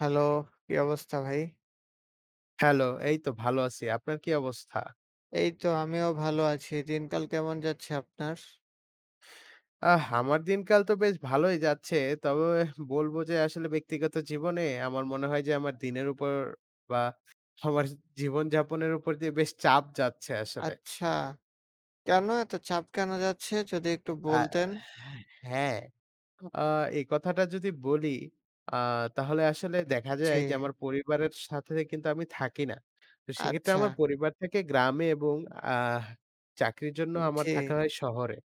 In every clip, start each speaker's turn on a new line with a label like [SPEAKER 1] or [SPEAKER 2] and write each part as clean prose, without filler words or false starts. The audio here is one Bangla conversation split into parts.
[SPEAKER 1] হ্যালো, কি অবস্থা ভাই?
[SPEAKER 2] হ্যালো, এই তো ভালো আছি। আপনার কি অবস্থা?
[SPEAKER 1] এই তো আমিও ভালো আছি। দিনকাল কেমন যাচ্ছে আপনার?
[SPEAKER 2] আমার দিনকাল তো বেশ ভালোই যাচ্ছে। তবে বলব যে আসলে ব্যক্তিগত জীবনে আমার মনে হয় যে আমার দিনের উপর বা আমার জীবনযাপনের উপর দিয়ে বেশ চাপ যাচ্ছে আসলে।
[SPEAKER 1] আচ্ছা, কেন এত চাপ কেন যাচ্ছে যদি একটু
[SPEAKER 2] আ
[SPEAKER 1] বলতেন?
[SPEAKER 2] হ্যাঁ, আ এই কথাটা যদি বলি আ তাহলে আসলে দেখা
[SPEAKER 1] জি,
[SPEAKER 2] যায় যে আমার পরিবারের সাথে কিন্তু আমি থাকি না। তো সেক্ষেত্রে
[SPEAKER 1] আচ্ছা,
[SPEAKER 2] আমার পরিবার থাকে গ্রামে এবং আহ চাকরির জন্য আমার
[SPEAKER 1] জি।
[SPEAKER 2] থাকা হয় শহরে।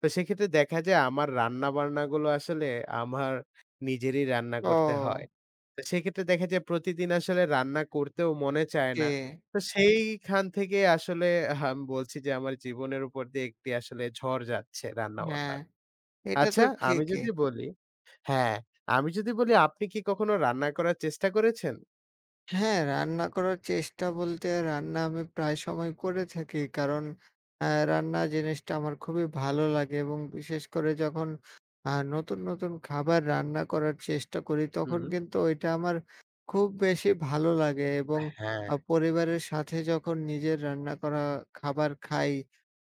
[SPEAKER 2] তো সেক্ষেত্রে দেখা যায় আমার রান্নাবান্নাগুলো আসলে আমার নিজেরই রান্না
[SPEAKER 1] ও!
[SPEAKER 2] করতে হয়। তো সেক্ষেত্রে দেখা যায় প্রতিদিন আসলে রান্না করতেও মনে চায়
[SPEAKER 1] জি,
[SPEAKER 2] না। তো সেইখান থেকে আসলে আমি বলছি যে আমার জীবনের উপর দিয়ে একটি আসলে ঝড় যাচ্ছে
[SPEAKER 1] হ্যাঁ,
[SPEAKER 2] রান্না-বান্নার।
[SPEAKER 1] এটা
[SPEAKER 2] আচ্ছা,
[SPEAKER 1] তো
[SPEAKER 2] আমি
[SPEAKER 1] ঠিকই।
[SPEAKER 2] যদি বলি, হ্যাঁ, আমি যদি বলি আপনি কি কখনো রান্না করার চেষ্টা করেছেন?
[SPEAKER 1] হ্যাঁ, রান্না করার চেষ্টা বলতে রান্না আমি প্রায় সময় করে থাকি। কারণ আ রান্না জিনিসটা আমার খুবই ভালো লাগে এবং বিশেষ করে যখন নতুন, নতুন খাবার রান্না করার চেষ্টা করি তখন
[SPEAKER 2] হুম,
[SPEAKER 1] কিন্তু ওইটা আমার খুব বেশি ভালো লাগে এবং
[SPEAKER 2] হ্যাঁ,
[SPEAKER 1] পরিবারের সাথে যখন নিজের রান্না করা খাবার খাই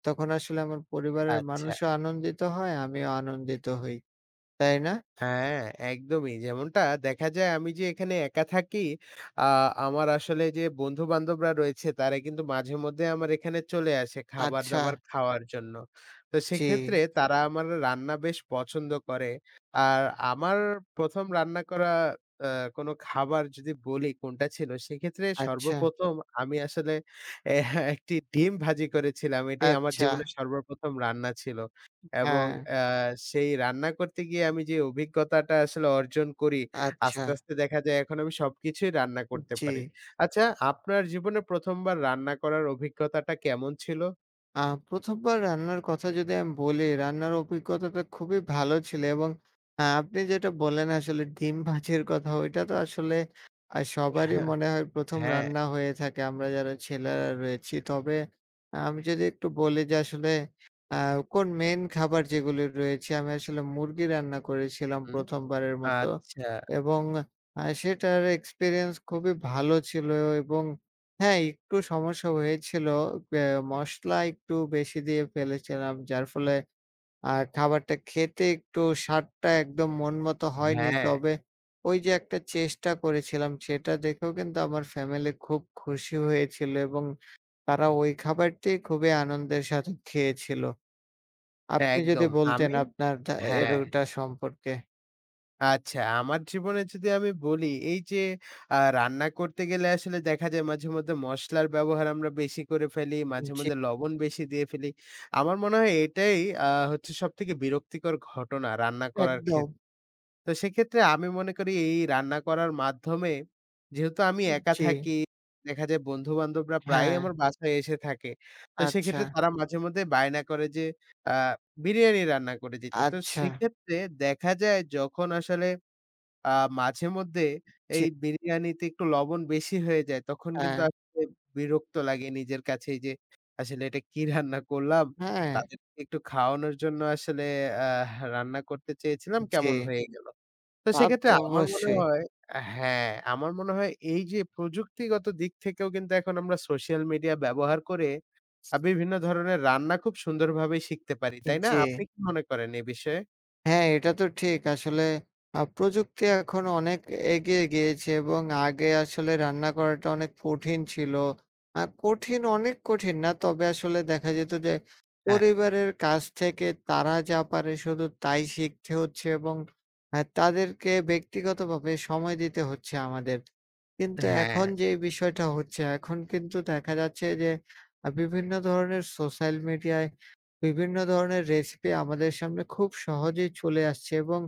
[SPEAKER 1] তখন আসলে আমার পরিবারের
[SPEAKER 2] আচ্ছা।
[SPEAKER 1] মানুষও আনন্দিত হয়, আমিও আনন্দিত হই। তাই না?
[SPEAKER 2] হ্যাঁ, একদমই। যেমনটা দেখা যায় আমি যে এখানে একা থাকি, আ আমার আসলে যে বন্ধু-বান্ধবরা রয়েছে তারা কিন্তু মাঝে মধ্যে আমার এখানে চলে আসে
[SPEAKER 1] আচ্ছা,
[SPEAKER 2] খাবার-দাবার খাওয়ার জন্য। তো
[SPEAKER 1] জি,
[SPEAKER 2] সেক্ষেত্রে তারা আমার রান্না বেশ পছন্দ করে। আর আমার ১ম রান্না করা আ কোনো খাবার যদি বলি কোনটা ছিল, সেক্ষেত্রে
[SPEAKER 1] আচ্ছা,
[SPEAKER 2] সর্বপ্রথম আমি আসলে এ একটি ডিম ভাজি করেছিলাম। এটাই আমার
[SPEAKER 1] আচ্ছা,
[SPEAKER 2] জীবনের সর্বপ্রথম রান্না ছিল, এবং
[SPEAKER 1] হ্যাঁ,
[SPEAKER 2] সেই রান্না করতে গিয়ে আমি যে অভিজ্ঞতাটা আসলে অর্জন করি,
[SPEAKER 1] আচ্ছা।
[SPEAKER 2] আস্তে, আস্তে দেখা যায় এখন আমি সবকিছুই রান্না করতে
[SPEAKER 1] জি।
[SPEAKER 2] পারি। আচ্ছা, আপনার জীবনে ১ম বার রান্না করার অভিজ্ঞতাটা কেমন ছিল?
[SPEAKER 1] আ ১ম বার রান্নার কথা যদি আমি বলি, রান্নার অভিজ্ঞতাটা খুবই ভালো ছিল এবং আপনি যেটা বললেন আসলে ডিম ভাজির কথা, ওইটা তো আসলে সবারই মনে হয় ১ম
[SPEAKER 2] হ্যাঁ,
[SPEAKER 1] রান্না হয়ে থাকে আমরা যারা ছেলেরা রয়েছি। তবে আমি যদি একটু বলি যে আসলে আ কোন মেইন খাবার যেগুলি রয়েছে, আমি আসলে মুরগি রান্না করেছিলাম
[SPEAKER 2] হুম,
[SPEAKER 1] ১ম বারের মতো
[SPEAKER 2] আচ্ছা।
[SPEAKER 1] এবং সেটার এক্সপেরিয়েন্স খুবই ভালো ছিল এবং হ্যাঁ, একটু সমস্যা হয়েছিল। বে মসলা একটু বেশি দিয়ে ফেলেছিলাম। যার ফলে খাবারটা খেতে একটু স্বাদটা একদম মন মতো হয়নি।
[SPEAKER 2] হ্যাঁ,
[SPEAKER 1] তবে ওই যে একটা চেষ্টা করেছিলাম সেটা দেখেও কিন্তু আমার ফ্যামিলি খুব খুশি হয়েছিল এবং তারা ওই খাবারটি খুবই আনন্দের সাথে খেয়েছিল।
[SPEAKER 2] হ্যাঁ,
[SPEAKER 1] আপনি যদি
[SPEAKER 2] একদম।
[SPEAKER 1] বলতেন
[SPEAKER 2] আমি,
[SPEAKER 1] আপনার এর
[SPEAKER 2] হ্যাঁ।
[SPEAKER 1] ওটা সম্পর্কে।
[SPEAKER 2] আচ্ছা, আমার জীবনে যদি আমি বলি, এই যে রান্না করতে গেলে আসলে দেখা যায় মাঝেমধ্যে মসলার ব্যবহার আমরা বেশি করে ফেলি,
[SPEAKER 1] জি,
[SPEAKER 2] মাঝেমধ্যে লবণ বেশি দিয়ে ফেলি। আমার মনে হয় এটাই আ হচ্ছে সবথেকে বিরক্তিকর ঘটনা রান্না করার
[SPEAKER 1] একদম।
[SPEAKER 2] ক্ষেত্রে। তো সেক্ষেত্রে আমি মনে করি এই রান্না করার মাধ্যমে, যেহেতু আমি একা
[SPEAKER 1] জি,
[SPEAKER 2] থাকি, দেখা যায় বন্ধু-বান্ধবরা প্রায়ই
[SPEAKER 1] হ্যাঁ,
[SPEAKER 2] আমার বাসায় এসে থাকে। তো
[SPEAKER 1] আচ্ছা,
[SPEAKER 2] সেক্ষেত্রে তারা মাঝেমধ্যে বায়না করে যে আ বিরিয়ানি রান্না করে দিতে। তো
[SPEAKER 1] আচ্ছা,
[SPEAKER 2] সেক্ষেত্রে দেখা যায় যখন আসলে আ মাঝে মধ্যে
[SPEAKER 1] জি,
[SPEAKER 2] এই বিরিয়ানিতে একটু লবণ বেশি হয়ে যায়, তখন কিন্তু
[SPEAKER 1] হ্যাঁ,
[SPEAKER 2] আসলে বিরক্ত লাগে নিজের কাছেই যে, আসলে এটা কি রান্না করলাম?
[SPEAKER 1] হ্যাঁ,
[SPEAKER 2] তাদেরকে একটু খাওয়ানোর জন্য আসলে রান্না করতে চেয়েছিলাম,
[SPEAKER 1] জি।
[SPEAKER 2] কেমন হয়ে গেল? তো
[SPEAKER 1] তা
[SPEAKER 2] সেক্ষেত্রে
[SPEAKER 1] তো
[SPEAKER 2] আমার মনে
[SPEAKER 1] অবশ্যই।
[SPEAKER 2] হয়। হ্যাঁ, আমার মনে হয় এই যে প্রযুক্তিগত দিক থেকেও কিন্তু এখন আমরা সোশ্যাল মিডিয়া ব্যবহার করে বিভিন্ন ধরনের রান্না খুব সুন্দরভাবে শিখতে পারি, তাই না?
[SPEAKER 1] জি।
[SPEAKER 2] আপনি কি মনে করেন এ বিষয়ে?
[SPEAKER 1] হ্যাঁ, এটা তো ঠিক। আসলে প্রযুক্তি এখন অনেক এগিয়ে গিয়েছে এবং আগে আসলে রান্না করাটা অনেক কঠিন ছিল। কঠিন অনেক কঠিন না। তবে আসলে দেখা যেত যে
[SPEAKER 2] হ্যাঁ,
[SPEAKER 1] পরিবারের কাছ থেকে তারা যা পারে শুধু তাই শিখতে হচ্ছে এবং তাদেরকে ব্যক্তিগতভাবে সময় দিতে হচ্ছে আমাদের। কিন্তু
[SPEAKER 2] হ্যাঁ।
[SPEAKER 1] এখন যে বিষয়টা হচ্ছে, এখন কিন্তু দেখা যাচ্ছে যে বিভিন্ন ধরনের সোশ্যাল মিডিয়ায় বিভিন্ন ধরনের রেসিপি আমাদের সামনে খুব সহজেই চলে আসছে এবং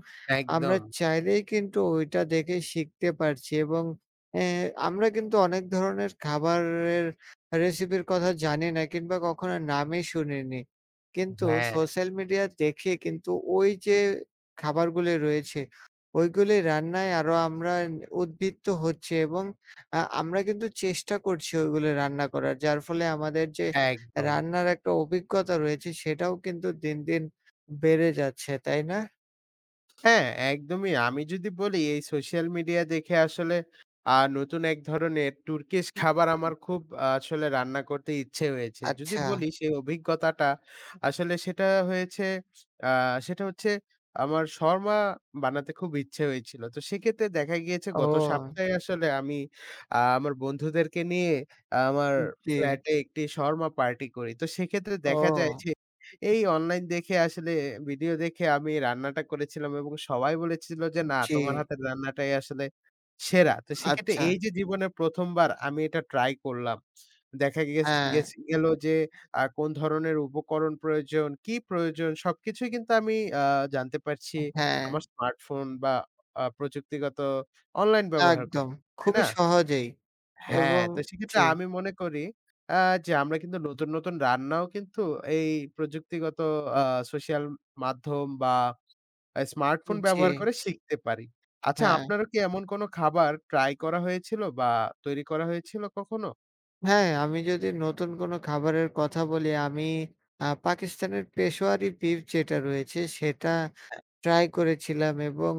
[SPEAKER 1] আমরা
[SPEAKER 2] একদম,
[SPEAKER 1] চাইলেই কিন্তু ওইটা দেখে শিখতে পারছি এবং অ্যা আমরা কিন্তু অনেক ধরনের খাবারের রেসিপির কথা জানি না কিংবা কখনো নামই শুনিনি। কিন্তু
[SPEAKER 2] হ্যাঁ।
[SPEAKER 1] সোশ্যাল মিডিয়া দেখে কিন্তু ওই যে খাবারগুলি রয়েছে, ওইগুলি রান্নায় আরো আমরা উদ্বৃত্ত হচ্ছি এবং আমরা কিন্তু চেষ্টা করছি ওইগুলো রান্না করার। যার ফলে আমাদের যে
[SPEAKER 2] একদম।
[SPEAKER 1] রান্নার একটা অভিজ্ঞতা রয়েছে সেটাও কিন্তু দিন, দিন বেড়ে যাচ্ছে, তাই না?
[SPEAKER 2] হ্যাঁ, একদমই। আমি যদি বলি এই সোশ্যাল মিডিয়া দেখে আসলে নতুন এক ধরনের তুর্কিশ খাবার আমার
[SPEAKER 1] হুম।
[SPEAKER 2] খুব আসলে রান্না করতে ইচ্ছে হয়েছে। যদি
[SPEAKER 1] আচ্ছা।
[SPEAKER 2] বলি সেই অভিজ্ঞতাটা, আসলে সেটা হয়েছে, আ সেটা হচ্ছে আমার শর্মা বানাতে খুব ইচ্ছে হয়েছিল। তো সেক্ষেত্রে দেখা গিয়েছে
[SPEAKER 1] ও,
[SPEAKER 2] গত সপ্তাহে আসলে আমি আমার বন্ধুদেরকে নিয়ে আমার
[SPEAKER 1] জি।
[SPEAKER 2] ফ্ল্যাটে একটি শর্মা পার্টি করি। তো সেক্ষেত্রে দেখা যায়
[SPEAKER 1] ও,
[SPEAKER 2] যে এই অনলাইন দেখে আসলে, ভিডিও দেখে আমি রান্নাটা করেছিলাম এবং সবাই বলেছিল যে, "না,
[SPEAKER 1] জি।
[SPEAKER 2] তোমার হাতের রান্নাটাই আসলে সেরা।" তো সেক্ষেত্রে
[SPEAKER 1] আচ্ছা।
[SPEAKER 2] এই যে জীবনে ১ম বার আমি এটা ট্রাই করলাম। দেখা গেছ
[SPEAKER 1] হ্যাঁ,
[SPEAKER 2] গেছ গেল যে কোন ধরনের উপকরণ প্রয়োজন, কি প্রয়োজন সবকিছুই কিন্তু আমি আ জানতে পারছি
[SPEAKER 1] হ্যাঁ,
[SPEAKER 2] আমার স্মার্টফোন বা প্রযুক্তিগত অনলাইন ব্যবহার করে,
[SPEAKER 1] একদম।
[SPEAKER 2] তাই
[SPEAKER 1] খুবই
[SPEAKER 2] না?
[SPEAKER 1] সহজেই
[SPEAKER 2] হ্যাঁ,
[SPEAKER 1] এবং
[SPEAKER 2] তো সেক্ষেত্রে
[SPEAKER 1] জি,
[SPEAKER 2] আমি মনে করি আ যে আমরা কিন্তু নতুন, নতুন রান্নাও কিন্তু এই প্রযুক্তিগত আ সোশ্যাল মাধ্যম বা স্মার্টফোন
[SPEAKER 1] জি।
[SPEAKER 2] ব্যবহার করে শিখতে পারি। আচ্ছা,
[SPEAKER 1] হ্যাঁ,
[SPEAKER 2] আপনারও কি এমন কোনো খাবার ট্রাই করা হয়েছিল বা তৈরি করা হয়েছিল কখনো?
[SPEAKER 1] হ্যাঁ, আমি যদি নতুন কোনো খাবারের কথা বলি, আমি পাকিস্তানের পেশোয়ারি বিফ যেটা রয়েছে সেটা
[SPEAKER 2] হ্যাঁ।
[SPEAKER 1] ট্রাই করেছিলাম এবং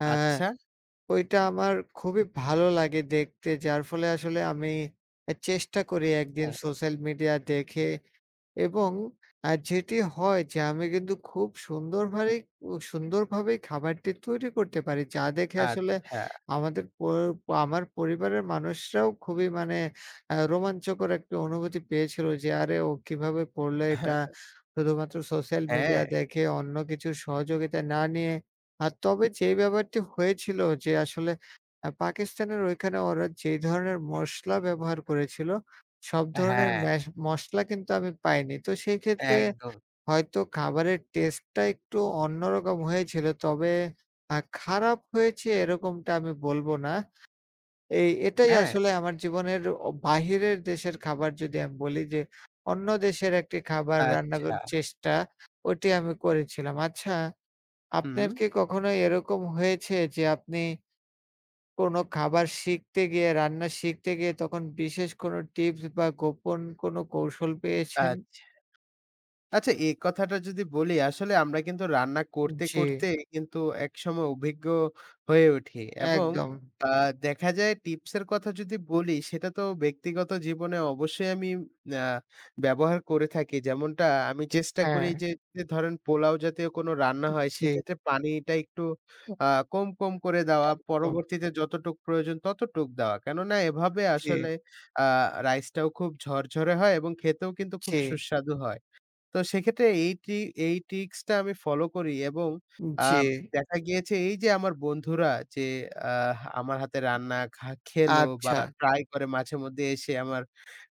[SPEAKER 1] অ্যা
[SPEAKER 2] আচ্ছা।
[SPEAKER 1] ওইটা আমার খুবই ভালো লাগে দেখতে। যার ফলে আসলে আমি চেষ্টা করি একদিন
[SPEAKER 2] হ্যাঁ।
[SPEAKER 1] সোশ্যাল মিডিয়া দেখে এবং যেটি হয় যে আমি কিন্তু খুব সুন্দরভাবে সুন্দরভাবেই খাবারটি তৈরি করতে পারি। যা দেখে আসলে
[SPEAKER 2] আচ্ছা।
[SPEAKER 1] আমাদের প আমার পরিবারের মানুষরাও খুবই মানে রোমাঞ্চকর একটা অনুভূতি পেয়েছিল যে, "আরে ও কিভাবে করলো এটা?" শুধুমাত্র সোশ্যাল মিডিয়া
[SPEAKER 2] হ্যাঁ,
[SPEAKER 1] দেখে অন্য কিছুর সহযোগিতা না নিয়ে। আর তবে যে ব্যাপারটি হয়েছিল যে আসলে পাকিস্তানের ওইখানে ওরা যেই ধরনের মসলা ব্যবহার করেছিল সব ধরনের
[SPEAKER 2] হ্যাঁ,
[SPEAKER 1] ম্যাশ মসলা কিন্তু আমি পাইনি। তো সেক্ষেত্রে
[SPEAKER 2] একদম।
[SPEAKER 1] হয়তো খাবারের টেস্টটা একটু অন্যরকম হয়েছিল। তবে খারাপ হয়েছে এরকমটা আমি বলব না। এটাই
[SPEAKER 2] হ্যাঁ,
[SPEAKER 1] আসলে আমার জীবনের বাহিরের দেশের খাবার যদি আমি বলি যে, অন্য দেশের একটি খাবার রান্না
[SPEAKER 2] আচ্ছা।
[SPEAKER 1] করার চেষ্টা, ওটি আমি করেছিলাম। আচ্ছা,
[SPEAKER 2] হুম,
[SPEAKER 1] আপনার কি কখনো এরকম হয়েছে যে আপনি কোনো খাবার শিখতে গিয়ে, রান্না শিখতে গিয়ে তখন বিশেষ কোনো টিপস বা গোপন কোনো কৌশল পেয়েছেন?
[SPEAKER 2] আচ্ছা। আচ্ছা, এই কথাটা যদি বলি, আসলে আমরা কিন্তু রান্না করতে,
[SPEAKER 1] জি,
[SPEAKER 2] করতে কিন্তু একসময় অভিজ্ঞ হয়ে উঠি এবং
[SPEAKER 1] একদম।
[SPEAKER 2] আ দেখা যায় টিপসের কথা যদি বলি সেটা তো ব্যক্তিগত জীবনে অবশ্যই আমি আ ব্যবহার করে থাকি। যেমনটা আমি চেষ্টা করি
[SPEAKER 1] হ্যাঁ,
[SPEAKER 2] যে যে ধরেন পোলাও জাতীয় কোনো রান্না হয়
[SPEAKER 1] জি,
[SPEAKER 2] সেক্ষেত্রে পানিটা একটু আ কম, কম করে দেওয়া,
[SPEAKER 1] একদম।
[SPEAKER 2] পরবর্তীতে যতটুক প্রয়োজন ততটুক দেওয়া। কেননা এভাবে
[SPEAKER 1] জি,
[SPEAKER 2] আসলে আ রাইসটাও খুব ঝরঝরে হয় এবং খেতেও কিন্তু খুব
[SPEAKER 1] জি,
[SPEAKER 2] সুস্বাদু হয়। তো সেক্ষেত্রে এই ট্রিক্সটা আমি ফলো করি এবং
[SPEAKER 1] জি।
[SPEAKER 2] আম দেখা গিয়েছে এই যে আমার বন্ধুরা যে আমার হাতে রান্না খেলো বা
[SPEAKER 1] আচ্ছা,
[SPEAKER 2] ট্রাই করে মাঝেমধ্যে এসে আমার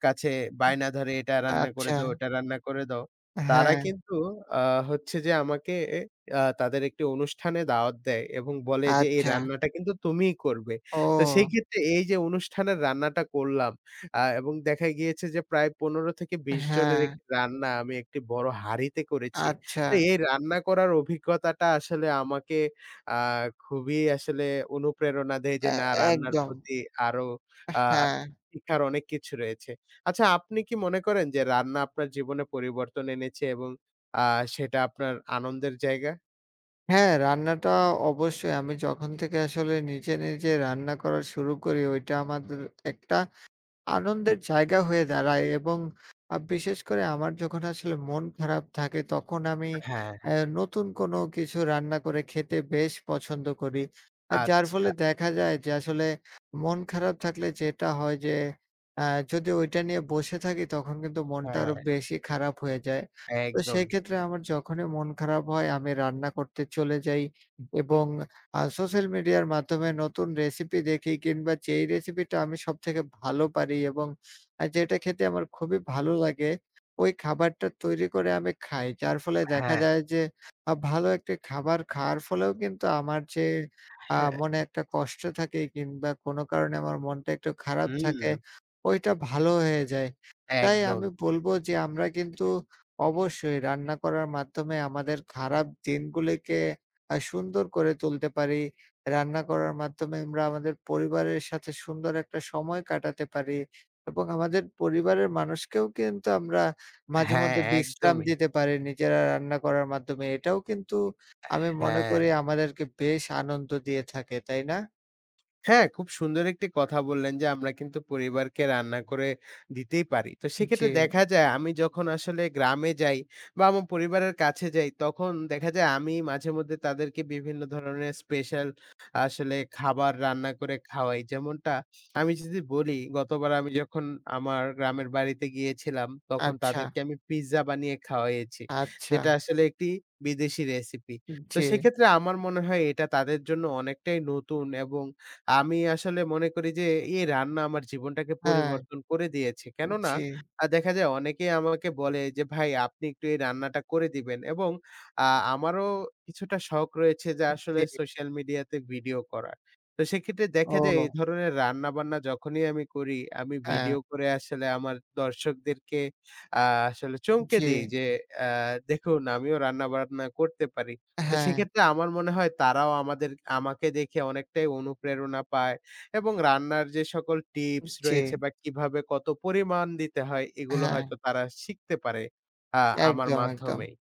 [SPEAKER 2] কাছে বায়না ধরে, "এটা রান্না করে
[SPEAKER 1] আচ্ছা।
[SPEAKER 2] দাও, ওটা রান্না করে দাও।" তারা
[SPEAKER 1] হ্যাঁ,
[SPEAKER 2] কিন্তু আ হচ্ছে যে আমাকে তাদের একটি অনুষ্ঠানে দাওয়াত দেয় এবং বলে যে, "এই
[SPEAKER 1] আচ্ছা।
[SPEAKER 2] রান্নাটা কিন্তু তুমিই করবে।" তো সেই
[SPEAKER 1] ও!
[SPEAKER 2] ক্ষেত্রে এই যে অনুষ্ঠানের রান্নাটা করলাম, এবং দেখা গিয়েছে যে প্রায় ১৫-২০ জনের
[SPEAKER 1] হ্যাঁ,
[SPEAKER 2] একটি রান্না আমি একটি বড় হাঁড়িতে করেছি।
[SPEAKER 1] আচ্ছা।
[SPEAKER 2] তো এই রান্না করার অভিজ্ঞতাটা আসলে আমাকে আ খুবই আসলে অনুপ্রেরণা দেয় যে,
[SPEAKER 1] এ
[SPEAKER 2] না, রান্নার
[SPEAKER 1] একদম।
[SPEAKER 2] প্রতি আরো আ
[SPEAKER 1] হ্যাঁ,
[SPEAKER 2] শিখার অনেক কিছু রয়েছে। আচ্ছা, আপনি কি মনে করেন যে রান্না আপনার জীবনে পরিবর্তন এনেছে এবং আ সেটা আপনার আনন্দের জায়গা?
[SPEAKER 1] হ্যাঁ, রান্নাটা অবশ্যই আমি যখন থেকে আসলে নিজে, নিজে রান্না করা শুরু করি ওইটা আমাদের একটা আনন্দের জায়গা হয়ে দাঁড়ায় এবং বিশেষ করে আমার যখন আসলে মন খারাপ থাকে তখন আমি
[SPEAKER 2] হ্যাঁ,
[SPEAKER 1] আ নতুন কোনো কিছু রান্না করে খেতে বেশ পছন্দ করি। আর যার
[SPEAKER 2] আচ্ছা।
[SPEAKER 1] ফলে দেখা যায় যে আসলে মন খারাপ থাকলে যেটা হয় যে আ যদি ওইটা নিয়ে বসে থাকি তখন কিন্তু মনটা
[SPEAKER 2] হ্যাঁ,
[SPEAKER 1] আরো বেশি খারাপ হয়ে যায়। তো
[SPEAKER 2] একদম।
[SPEAKER 1] সেক্ষেত্রে আমার যখনই মন খারাপ হয় আমি রান্না করতে চলে যাই এবং সোশ্যাল মিডিয়ার মাধ্যমে নতুন রেসিপি দেখি কিংবা যেই রেসিপিটা আমি সবথেকে ভালো পারি এবং যেটা খেতে আমার খুবই ভালো লাগে, ওই খাবারটা তৈরি করে আমি খাই। যার ফলে দেখা
[SPEAKER 2] হ্যাঁ,
[SPEAKER 1] যায় যে ভালো একটি খাবার খাওয়ার ফলেও কিন্তু আমার যে
[SPEAKER 2] হ্যাঁ।
[SPEAKER 1] মনে একটা কষ্ট থাকে কিংবা কোনো কারণে আমার মনটা একটু খারাপ থাকে,
[SPEAKER 2] হুম,
[SPEAKER 1] ওইটা ভালো হয়ে যায়। তাই
[SPEAKER 2] একদম।
[SPEAKER 1] আমি বলব যে আমরা কিন্তু অবশ্যই রান্না করার মাধ্যমে আমাদের খারাপ দিনগুলিকে সুন্দর করে তুলতে পারি। রান্না করার মাধ্যমে আমরা আমাদের পরিবারের সাথে সুন্দর একটা সময় কাটাতে পারি এবং আমাদের পরিবারের মানুষকেও কিন্তু আমরা
[SPEAKER 2] হ্যাঁ,
[SPEAKER 1] মাঝেমধ্যে বিশ্রাম
[SPEAKER 2] একদমই।
[SPEAKER 1] দিতে পারি নিজেরা রান্না করার মাধ্যমে। এটাও কিন্তু আমি মনে
[SPEAKER 2] হ্যাঁ,
[SPEAKER 1] করি আমাদেরকে বেশ আনন্দ দিয়ে থাকে, তাই না?
[SPEAKER 2] হ্যাঁ, খুব সুন্দর একটি কথা বললেন যে, আমরা কিন্তু পরিবারকে রান্না করে দিতেই পারি। তো
[SPEAKER 1] জি,
[SPEAKER 2] সেক্ষেত্রে দেখা যায় আমি যখন আসলে গ্রামে যাই বা আমার পরিবারের কাছে যাই, তখন দেখা যায় আমি মাঝেমধ্যে তাদেরকে বিভিন্ন ধরনের স্পেশাল আসলে খাবার রান্না করে খাওয়াই। যেমনটা আমি যদি বলি, গতবার আমি যখন আমার গ্রামের বাড়িতে গিয়েছিলাম, তখন
[SPEAKER 1] আচ্ছা,
[SPEAKER 2] তাদেরকে আমি পিজ্জা বানিয়ে খাওয়াইয়েছি।
[SPEAKER 1] আচ্ছা।
[SPEAKER 2] যেটা আসলে একটি বিদেশি রেসিপি। তো
[SPEAKER 1] জি,
[SPEAKER 2] সেক্ষেত্রে আমার মনে হয় এটা তাদের জন্য অনেকটাই নতুন এবং আমি আসলে মনে করি যে এই রান্না আমার জীবনটাকে
[SPEAKER 1] হ্যাঁ,
[SPEAKER 2] পরিবর্তন করে দিয়েছে। কেননা
[SPEAKER 1] জি,
[SPEAKER 2] দেখা যায় অনেকেই আমাকে বলে যে, "ভাই, আপনি একটু এই রান্নাটা করে দিবেন," এবং আ আমারও কিছুটা শখ রয়েছে যে আসলে
[SPEAKER 1] জি।
[SPEAKER 2] সোশ্যাল মিডিয়াতে ভিডিও করার। তো সেক্ষেত্রে দেখা যায় এই
[SPEAKER 1] ও!
[SPEAKER 2] ধরনের রান্নাবান্না যখনই আমি করি, আমি
[SPEAKER 1] হ্যাঁ,
[SPEAKER 2] ভিডিও করে আসলে আমার দর্শকদেরকে আ আসলে চমকে
[SPEAKER 1] জি,
[SPEAKER 2] দেই যে, "আ দেখুন আমিও রান্নাবান্না করতে পারি।" তো
[SPEAKER 1] হ্যাঁ,
[SPEAKER 2] সেক্ষেত্রে আমার মনে হয় তারাও আমাদের, আমাকে দেখে অনেকটাই অনুপ্রেরণা পায় এবং রান্নার যে সকল টিপস
[SPEAKER 1] জি,
[SPEAKER 2] রয়েছে বা কিভাবে কত পরিমাণ দিতে হয় এগুলো
[SPEAKER 1] হ্যাঁ।
[SPEAKER 2] হয়তো তারা শিখতে পারে আ আমার
[SPEAKER 1] একদম, একদম।
[SPEAKER 2] মাধ্যমেই।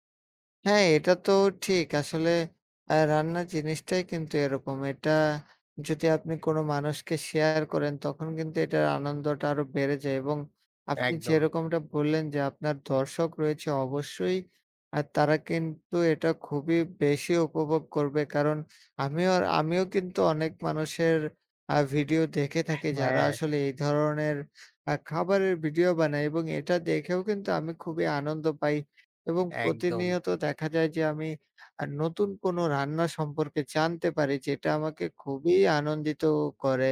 [SPEAKER 1] হ্যাঁ, এটা তো ঠিক। আসলে রান্নার জিনিসটাই কিন্তু এরকম। এটা যদি আপনি কোনো মানুষকে শেয়ার করেন, তখন কিন্তু এটার আনন্দটা আরো বেড়ে যায় এবং আপনি
[SPEAKER 2] একদম।
[SPEAKER 1] যেরকমটা বললেন যে, আপনার দর্শক রয়েছে অবশ্যই তারা কিন্তু এটা খুবই বেশি উপভোগ করবে। কারণ আমিও আমিও কিন্তু অনেক মানুষের ভিডিও দেখে থাকি, যারা
[SPEAKER 2] হ্যাঁ,
[SPEAKER 1] আসলে এই ধরনের খাবারের ভিডিও বানায় এবং এটা দেখেও কিন্তু আমি খুবই আনন্দ পাই। এবং
[SPEAKER 2] একদম।
[SPEAKER 1] প্রতিনিয়ত দেখা যায় যে আমি নতুন কোনো রান্না সম্পর্কে জানতে পারি যেটা আমাকে খুবই আনন্দিত করে।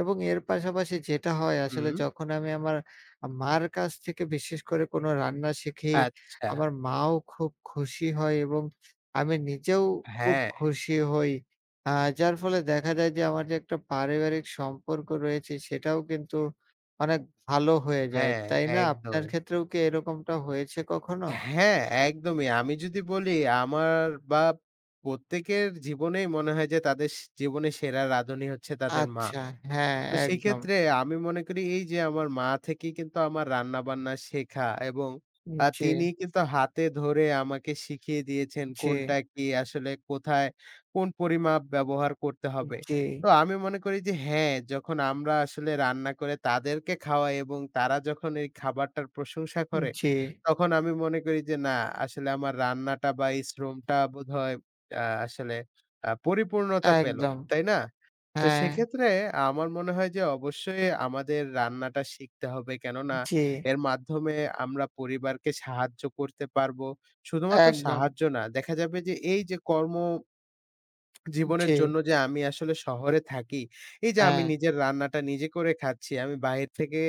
[SPEAKER 1] এবং এর পাশাপাশি যেটা হয় আসলে
[SPEAKER 2] হুম।
[SPEAKER 1] যখন আমি আমার মার কাছ থেকে বিশেষ করে কোনো রান্না শিখি,
[SPEAKER 2] আচ্ছা।
[SPEAKER 1] আমার মাও খুব খুশি হয় এবং আমি নিজেও খুব
[SPEAKER 2] হ্যাঁ,
[SPEAKER 1] খুশি হই। আ যার ফলে দেখা যায় যে আমার যে একটা পারিবারিক সম্পর্ক রয়েছে সেটাও কিন্তু অনেক ভালো হয়ে যায়।
[SPEAKER 2] হ্যাঁ,
[SPEAKER 1] তাই না?
[SPEAKER 2] একদম।
[SPEAKER 1] আপনার ক্ষেত্রেও কি এরকমটা হয়েছে কখনো?
[SPEAKER 2] হ্যাঁ, একদমই। আমি যদি বলি আমার বা প্রত্যেকের জীবনেই মনে হয় যে তাদের জীবনে সেরা রাঁধুনি হচ্ছে তাদের মা।
[SPEAKER 1] আচ্ছা, হ্যাঁ,
[SPEAKER 2] তো
[SPEAKER 1] একদম।
[SPEAKER 2] সেক্ষেত্রে আমি মনে করি এই যে আমার মা থেকেই কিন্তু আমার রান্নাবান্না শেখা এবং
[SPEAKER 1] জি,
[SPEAKER 2] তিনি কিন্তু হাতে ধরে আমাকে শিখিয়ে দিয়েছেন
[SPEAKER 1] জি,
[SPEAKER 2] কোনটা কি আসলে কোথায়, কোন পরিমাপ ব্যবহার করতে হবে।
[SPEAKER 1] জি,
[SPEAKER 2] তো আমি মনে করি যে হ্যাঁ, যখন আমরা আসলে রান্না করে তাদেরকে খাওয়াই এবং তারা যখন এই খাবারটার প্রশংসা করে,
[SPEAKER 1] জি,
[SPEAKER 2] তখন আমি মনে করি যে, না, আসলে আমার রান্নাটা বা এই শ্রমটা বোধহয় আসলে পরিপূর্ণতা পেল।
[SPEAKER 1] একদম।
[SPEAKER 2] তাই না? তো
[SPEAKER 1] হ্যাঁ,
[SPEAKER 2] সেক্ষেত্রে আমার মনে হয় যে অবশ্যই আমাদের রান্নাটা শিখতে হবে। কেননা
[SPEAKER 1] জি,
[SPEAKER 2] এর মাধ্যমে আমরা পরিবারকে সাহায্য করতে পারবো। শুধুমাত্র
[SPEAKER 1] একদম।
[SPEAKER 2] সাহায্য না, দেখা যাবে যে এই যে কর্ম জীবনের
[SPEAKER 1] জি,
[SPEAKER 2] জন্য যে আমি আসলে শহরে থাকি, এই যে আমি
[SPEAKER 1] হ্যাঁ,
[SPEAKER 2] নিজের রান্নাটা নিজে করে খাচ্ছি। আমি বাহির থেকে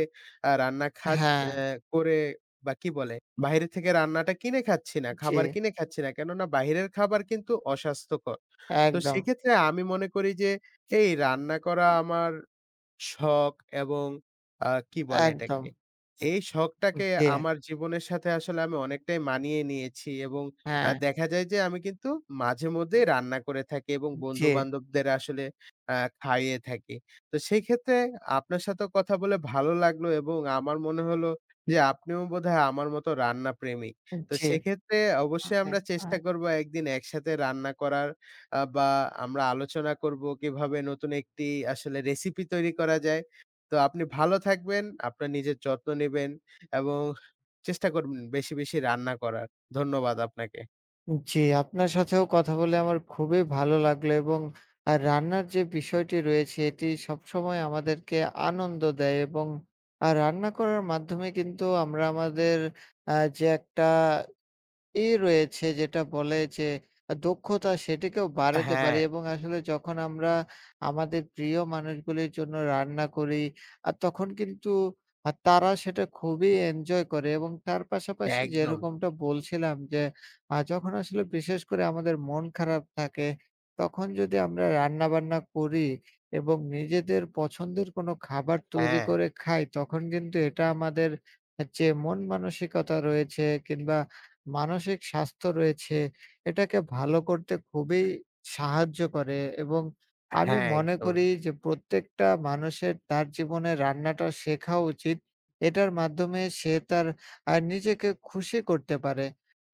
[SPEAKER 2] রান্না
[SPEAKER 1] হ্যাঁ,
[SPEAKER 2] অ্যা করে বা কি বলে? বাহিরে থেকে রান্নাটা কিনে খাচ্ছি না,
[SPEAKER 1] জি,
[SPEAKER 2] খাবার কিনে খাচ্ছি না। কেননা বাহিরের খাবার কিন্তু অস্বাস্থ্যকর। তো
[SPEAKER 1] একদম,
[SPEAKER 2] সেক্ষেত্রে আমি মনে করি যে এই রান্না করা আমার শখ এবং কি বলে
[SPEAKER 1] একদম।
[SPEAKER 2] এটাকে? এই শখটাকে
[SPEAKER 1] জি,
[SPEAKER 2] আমার জীবনের সাথে আসলে আমি অনেকটাই মানিয়ে নিয়েছি এবং
[SPEAKER 1] হ্যাঁ,
[SPEAKER 2] দেখা যায় যে আমি কিন্তু মাঝেমধ্যেই রান্না করে থাকি এবং
[SPEAKER 1] জি,
[SPEAKER 2] বন্ধু-বান্ধবদের আসলে আ খাইয়ে থাকি। তো সেই ক্ষেত্রে আপনার সাথেও কথা বলে ভালো লাগলো এবং আমার মনে হলো যে আপনিও বোধহয় আমার মতো রান্না প্রেমিক। তো
[SPEAKER 1] জি,
[SPEAKER 2] সেক্ষেত্রে অবশ্যই
[SPEAKER 1] হ্যাঁ,
[SPEAKER 2] আমরা চেষ্টা
[SPEAKER 1] হ্যাঁ।
[SPEAKER 2] করব একদিন একসাথে রান্না করার। বা আমরা আলোচনা করব কিভাবে নতুন একটি আসলে রেসিপি তৈরি করা যায়। তো আপনি ভালো থাকবেন, আপনার নিজের যত্ন নিবেন এবং চেষ্টা করবেন বেশি, বেশি রান্না করার। ধন্যবাদ আপনাকে।
[SPEAKER 1] জি, আপনার সাথেও কথা বলে আমার খুবই ভালো লাগলো এবং রান্নার যে বিষয়টি রয়েছে এটি সবসময় আমাদেরকে আনন্দ দেয় এবং রান্না করার মাধ্যমে কিন্তু আমরা আমাদের আ যে একটা রয়েছে যেটা বলে যে দক্ষতা সেটিকেও বাড়াতে
[SPEAKER 2] হ্যাঁ,
[SPEAKER 1] পারি এবং আসলে যখন আমরা আমাদের প্রিয় মানুষগুলির জন্য রান্না করি, তখন কিন্তু তারা সেটা খুবই এনজয় করে এবং তার পাশাপাশি
[SPEAKER 2] একদম।
[SPEAKER 1] যেরকমটা বলছিলাম যে যখন আসলে বিশেষ করে আমাদের মন খারাপ থাকে, তখন যদি আমরা রান্নাবান্না করি এবং নিজেদের পছন্দের কোনো খাবার তৈরি
[SPEAKER 2] হ্যাঁ,
[SPEAKER 1] করে খাই, তখন কিন্তু এটা আমাদের যে মন মানসিকতা রয়েছে কিংবা মানসিক স্বাস্থ্য রয়েছে, এটাকে ভালো করতে খুবই সাহায্য করে এবং আমি
[SPEAKER 2] হ্যাঁ,
[SPEAKER 1] মনে
[SPEAKER 2] একদম,
[SPEAKER 1] করি যে প্রত্যেকটা মানুষের তার জীবনে রান্নাটা শেখা উচিত। এটার মাধ্যমে সে তার নিজেকে খুশি করতে পারে।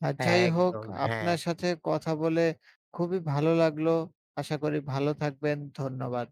[SPEAKER 1] আর যাই হোক,
[SPEAKER 2] একদম, হ্যাঁ।
[SPEAKER 1] আপনার সাথে কথা বলে খুবই ভালো লাগলো। আশা করি ভালো থাকবেন। ধন্যবাদ।